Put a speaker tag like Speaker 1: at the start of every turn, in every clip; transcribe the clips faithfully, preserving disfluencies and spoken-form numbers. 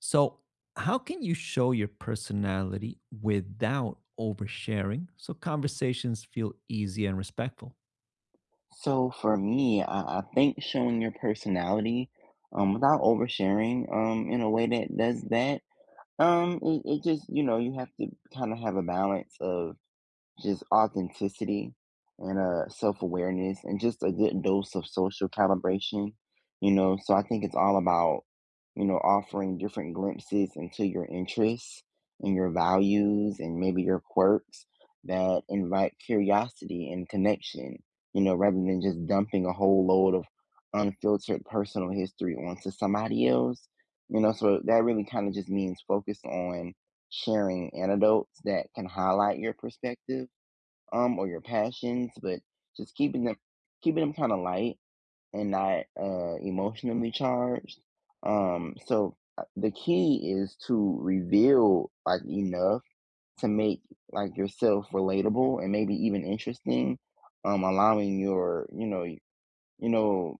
Speaker 1: So, how can you show your personality without oversharing so conversations feel easy and respectful?
Speaker 2: So for me, I, I think showing your personality, um, without oversharing, um, in a way that does that, um, it, it just, you know, you have to kind of have a balance of just authenticity and uh self-awareness and just a good dose of social calibration, you know. So I think it's all about, you know, offering different glimpses into your interests and your values and maybe your quirks that invite curiosity and connection, you know, rather than just dumping a whole load of unfiltered personal history onto somebody else. You know, so that really kind of just means focus on sharing anecdotes that can highlight your perspective, um, or your passions, but just keeping them keeping them kind of light and not uh, emotionally charged. Um, so uh, the key is to reveal like enough to make like yourself relatable and maybe even interesting. Um, allowing your you know you know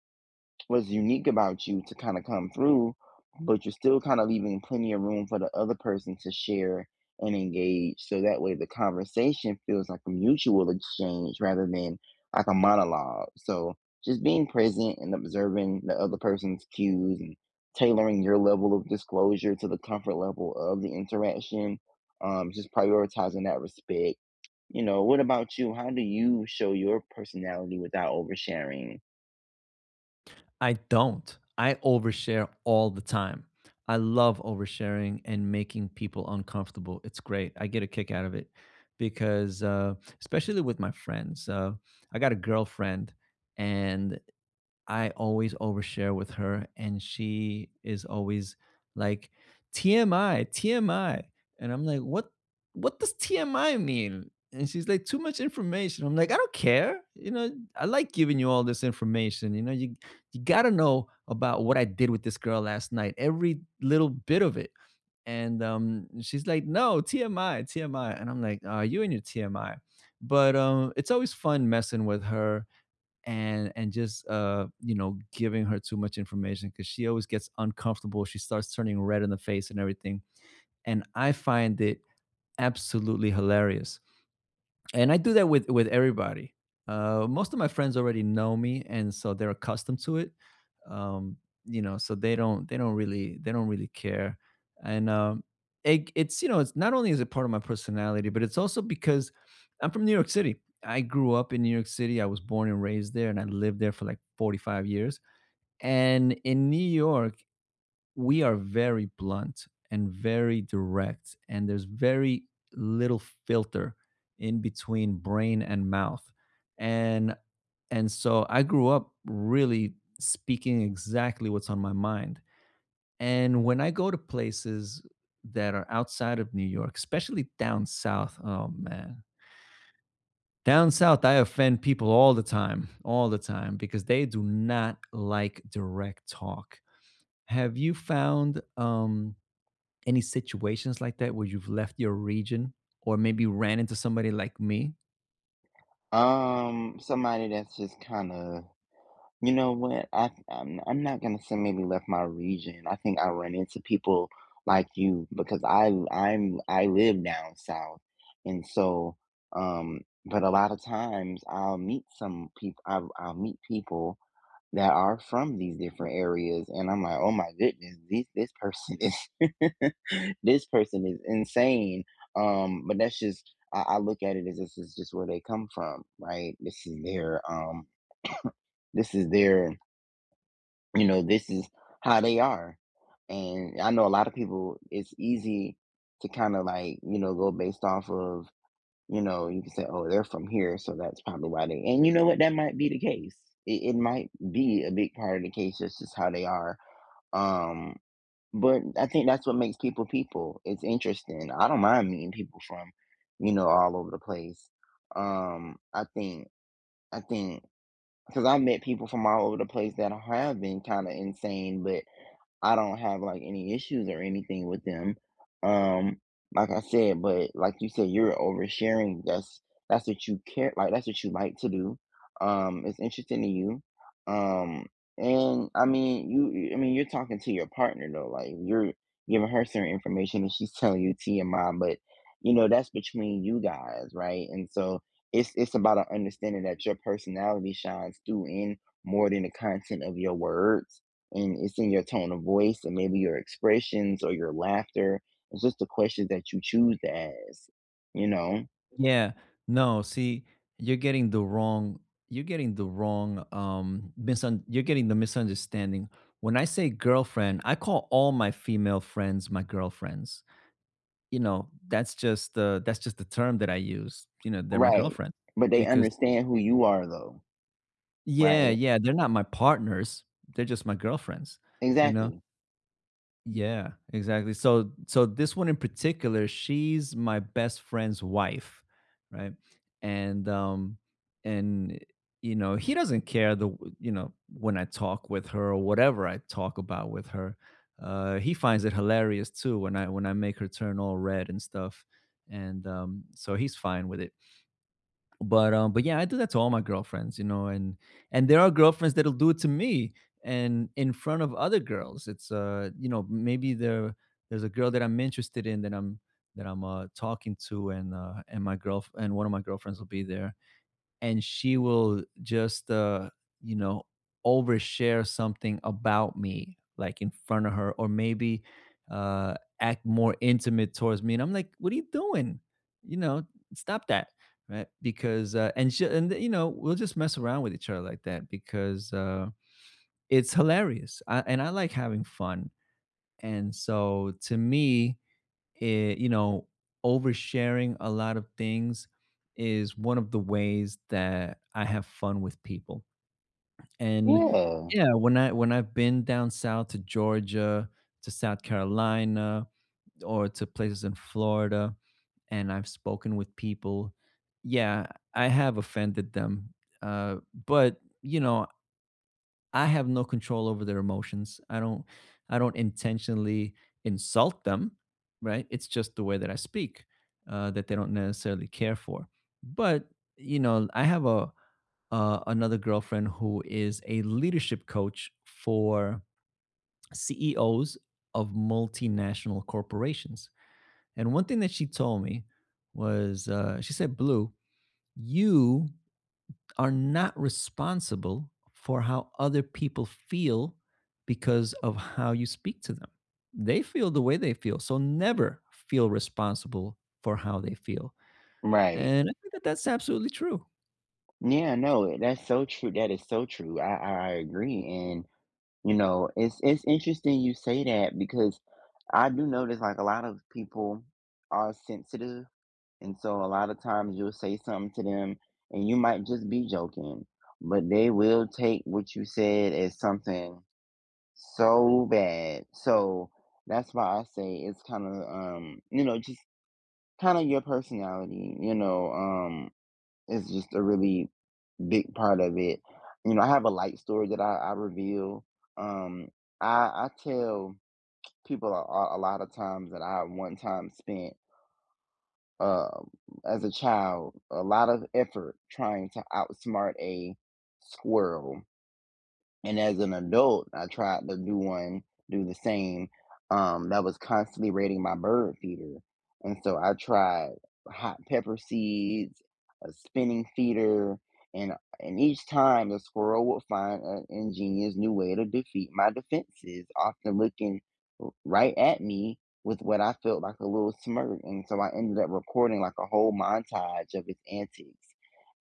Speaker 2: what's unique about you to kind of come through, but you're still kind of leaving plenty of room for the other person to share and engage. So that way the conversation feels like a mutual exchange rather than like a monologue. So just being present and observing the other person's cues and tailoring your level of disclosure to the comfort level of the interaction. Um, just prioritizing that respect. You know, what about you? How do you show your personality without oversharing?
Speaker 1: I don't. I overshare all the time. I love oversharing and making people uncomfortable. It's great. I get a kick out of it because, uh, especially with my friends, uh, I got a girlfriend and I always overshare with her, and she is always like T M I, T M I, and I'm like, what? What does T M I mean? And she's like, too much information. I'm like, I don't care. You know, I like giving you all this information. You know, you you gotta know about what I did with this girl last night, every little bit of it. And um, she's like, no, T M I, T M I, and I'm like, uh, you and your T M I. But um, it's always fun messing with her and and just uh you know giving her too much information because she always gets uncomfortable. She starts turning red in the face and everything, and I find it absolutely hilarious, and I do that with with everybody. Uh, most of my friends already know me, and so they're accustomed to it. Um, you know, so they don't they don't really they don't really care. And um, it, it's you know it's, not only is it part of my personality, but it's also because I'm from New York City. I grew up in New York City. I was born and raised there, and I lived there for like forty-five years. And in New York, we are very blunt and very direct, and there's very little filter in between brain and mouth, and and so I grew up really speaking exactly what's on my mind. And when I go to places that are outside of New York, especially down south, oh man, down south, I offend people all the time, all the time, because they do not like direct talk. Have you found um any situations like that where you've left your region or maybe ran into somebody like me?
Speaker 2: Um, somebody that's just kind of, you know what? I I'm, I'm not gonna say maybe left my region. I think I run into people like you because I I'm I live down south, and so um, but a lot of times I'll meet some people. I I'll, I'll meet people that are from these different areas and I'm like, "Oh my goodness, this this person is this person is insane." Um, but that's just I, I look at it as this is just where they come from, right? This is their um this is their, you know, this is how they are. And I know a lot of people, it's easy to kind of like, you know, go based off of, you know, you can say, "Oh, they're from here, so that's probably why they," and you know what? That might be the case. It it might be a big part of the case, that's just how they are, um, but I think that's what makes people people. It's interesting. I don't mind meeting people from, you know, all over the place. Um, I think I think, because 'cause I've met people from all over the place that have been kinda insane, but I don't have, like, any issues or anything with them. Um, like I said, but like you said, you're oversharing. That's that's what you care like, that's what you like to do. Um, it's interesting to you. Um, and I mean, you you I mean, you're talking to your partner though, like, you're giving her certain information and she's telling you T M I, but, you know, that's between you guys, right? And so it's it's about a understanding that your personality shines through in more than the content of your words, and it's in your tone of voice and maybe your expressions or your laughter. It's just the questions that you choose to ask, you know?
Speaker 1: Yeah. No, see, you're getting the wrong you're getting the wrong um misun- you're getting the misunderstanding. When I say girlfriend, I call all my female friends my girlfriends. You know, that's just the that's just the term that I use. You know, they're my
Speaker 2: Right.
Speaker 1: girlfriend
Speaker 2: But they
Speaker 1: because
Speaker 2: understand who you are though,
Speaker 1: yeah,
Speaker 2: right?
Speaker 1: yeah, they're not my partners. They're just my girlfriends, you know?
Speaker 2: Exactly.
Speaker 1: Yeah, exactly. So so this one in particular, she's my best friend's wife, right? And um and you know, he doesn't care the w- you know, when I talk with her or whatever I talk about with her. Uh, he finds it hilarious too when I when I make her turn all red and stuff. And um so he's fine with it, but um but yeah, I do that to all my girlfriends, you know, and and there are girlfriends that'll do it to me, and in front of other girls it's uh you know, maybe there there's a girl that I'm interested in that i'm that I'm uh talking to, and uh and my girl and one of my girlfriends will be there, and she will just uh you know, overshare something about me like in front of her, or maybe uh act more intimate towards me, and I'm like, what are you doing? You know, stop that, right? Because uh and she, and you know, we'll just mess around with each other like that because uh it's hilarious. I, and I like having fun, and so to me, eh, you know, oversharing a lot of things is one of the ways that I have fun with people. And
Speaker 2: Yeah.
Speaker 1: yeah, when I when I've been down south to Georgia, to South Carolina, or to places in Florida, and I've spoken with people, yeah, I have offended them. Uh, but you know, I have no control over their emotions. I don't I don't intentionally insult them, right? It's just the way that I speak uh, that they don't necessarily care for. But you know, I have a uh, another girlfriend who is a leadership coach for C E Os of multinational corporations. And one thing that she told me was, uh, she said, "Blue, you are not responsible for how other people feel because of how you speak to them. They feel the way they feel. So never feel responsible for how they feel."
Speaker 2: Right.
Speaker 1: And I think that that's absolutely true.
Speaker 2: Yeah, no, that's so true. That is so true. I, I I agree. And you know, it's it's interesting you say that because I do notice like a lot of people are sensitive. And so a lot of times you'll say something to them and you might just be joking, but they will take what you said as something so bad. So that's why I say it's kind of um, you know, just kind of your personality, you know, um is just a really big part of it. You know, I have a light story that I, I reveal. Um I I tell people a, a a lot of times that I one time spent um, as a child a lot of effort trying to outsmart a squirrel, and as an adult I tried to do one do the same, um that was constantly raiding my bird feeder. And so I tried hot pepper seeds, a spinning feeder, and and each time the squirrel would find an ingenious new way to defeat my defenses, often looking r- right at me with what I felt like a little smirk. And so I ended up recording like a whole montage of his antics.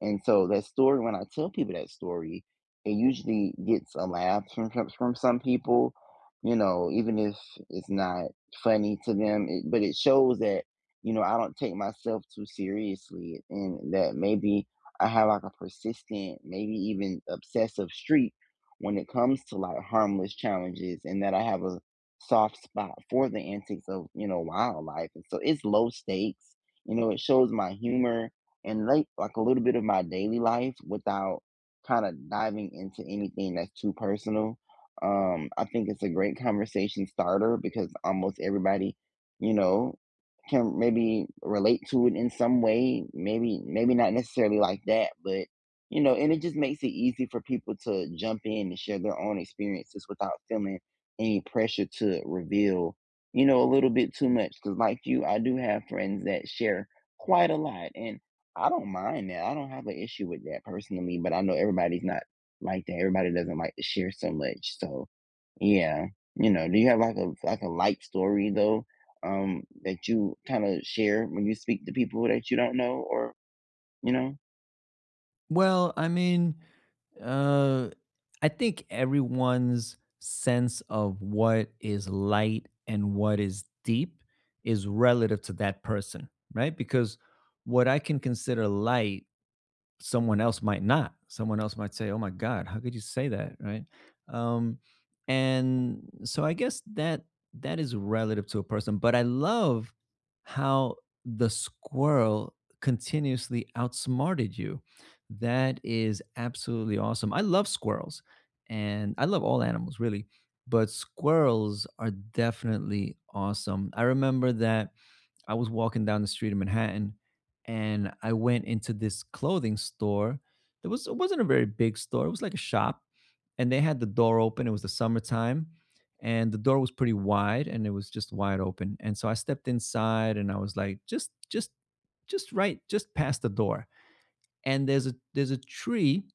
Speaker 2: And so that story, when I tell people that story, it usually gets a laugh from from from some people, you know, even if it's not funny to them, it, but it shows that, you know, I don't take myself too seriously, and that maybe I have like a persistent, maybe even obsessive streak when it comes to like harmless challenges, and that I have a soft spot for the antics of, you know, wildlife. And so it's low stakes, you know, it shows my humor and like like a little bit of my daily life without kind of diving into anything that's too personal. Um, I think it's a great conversation starter because almost everybody, you know, can maybe relate to it in some way. Maybe, maybe not necessarily like that, but you know, and it just makes it easy for people to jump in and share their own experiences without feeling any pressure to reveal, you know, a little bit too much. Because like you, I do have friends that share quite a lot, and I don't mind that. I don't have an issue with that personally, but I know everybody's not like that. Everybody doesn't like to share so much. So yeah, you know, do you have like a like a light story though, um, that you kind of share when you speak to people that you don't know or you know?
Speaker 1: Well, I mean, uh, I think everyone's sense of what is light and what is deep is relative to that person, right? Because what I can consider light, someone else might not. Someone else might say, "Oh my God, how could you say that?" Right? Um, and so I guess that that is relative to a person. But I love how the squirrel continuously outsmarted you. That is absolutely awesome. I love squirrels, and I love all animals really, but squirrels are definitely awesome. I remember that I was walking down the street in Manhattan, and I went into this clothing store. There was It wasn't a very big store. It was like a shop, and they had the door open. It was the summertime, and the door was pretty wide, and it was just wide open. And so I stepped inside, and I was like just just just right just past the door. And there's a there's a tree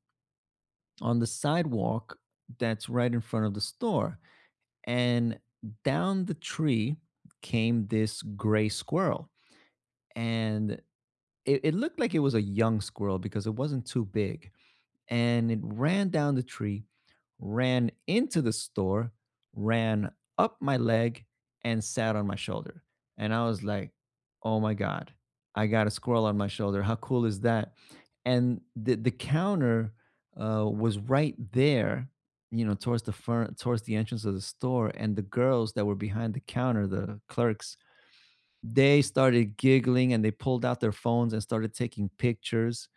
Speaker 1: on the sidewalk that's right in front of the store. And down the tree came this gray squirrel, and it, it looked like it was a young squirrel because it wasn't too big. And it ran down the tree, ran into the store, ran up my leg, and sat on my shoulder. And I was like, oh my God, I got a squirrel on my shoulder. How cool is that? And the, the counter uh, was right there, you know, towards the front, towards the entrance of the store. And the girls that were behind the counter, the clerks, they started giggling, and they pulled out their phones and started taking pictures.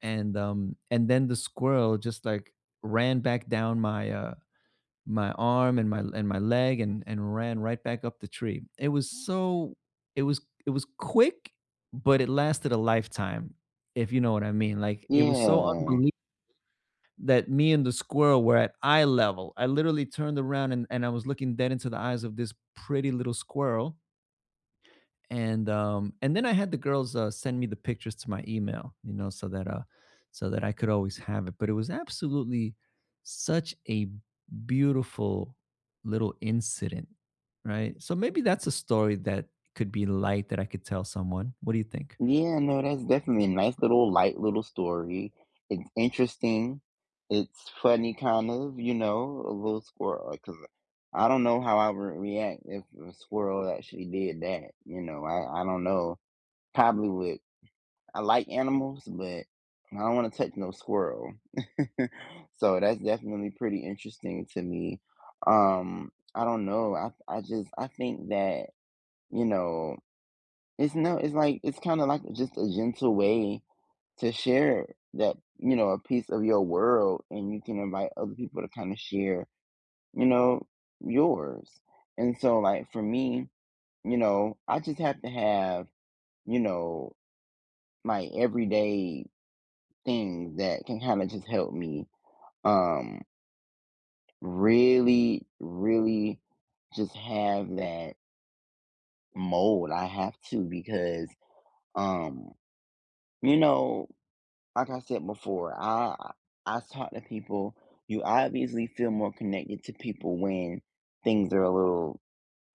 Speaker 1: And um and then the squirrel just like ran back down my uh my arm and my and my leg, and and ran right back up the tree. It was so, it was it was quick, but it lasted a lifetime, if you know what I mean. Like, it was so
Speaker 2: Yeah.
Speaker 1: unbelievable that me and the squirrel were at eye level. I literally turned around, and, and I was looking dead into the eyes of this pretty little squirrel. And um and then I had the girls uh, send me the pictures to my email, you know, so that uh so that I could always have it. But it was absolutely such a beautiful little incident, right? So maybe that's a story that could be light that I could tell someone. What do you think?
Speaker 2: Yeah, no, that's definitely a nice little light little story. It's interesting. It's funny, kind of, you know, a little squirrel. Because I don't know how I would react if a squirrel actually did that. You know, I, I don't know. Probably would. I like animals, but I don't want to touch no squirrel. So that's definitely pretty interesting to me. Um, I don't know. I I just I think that, you know, it's no, it's like it's kind of like just a gentle way to share that, you know, a piece of your world, and you can invite other people to kind of share, you know, yours. And so like for me, you know, I just have to have, you know, my everyday things that can kind of just help me um really really just have that mold. I have to because um you know, like I said before, I I talk to people. You obviously feel more connected to people when things are a little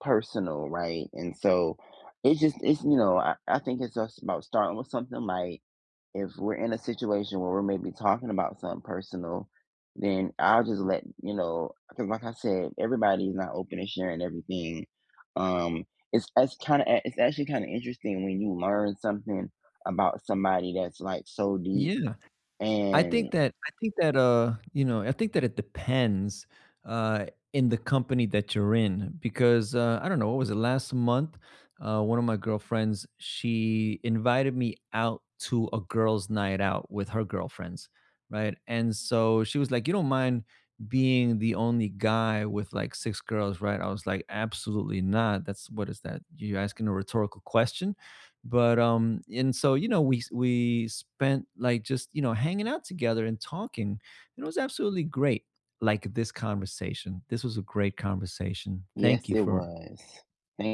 Speaker 2: personal, right? And so it's just it's, you know, I, I think it's just about starting with something like if we're in a situation where we're maybe talking about something personal, then I'll just let you know because like I said, everybody's not open to sharing everything. Um, it's it's kind of, it's actually kind of interesting when you learn something about somebody that's like so deep
Speaker 1: I
Speaker 2: and
Speaker 1: think that I think that, uh, you know, I think that it depends, uh, in the company that you're in, because, uh, I don't know, what was it last month? Uh, one of my girlfriends, she invited me out to a girls' night out with her girlfriends, right? And so she was like, "You don't mind being the only guy with like six girls, right?" I was like, "Absolutely not. That's— what is that? You're asking a rhetorical question?" But um and so you know, we we spent like just you know hanging out together and talking, and it was absolutely great. Like this conversation, this was a great conversation.
Speaker 2: yes,
Speaker 1: Thank you
Speaker 2: it
Speaker 1: for
Speaker 2: was. Thank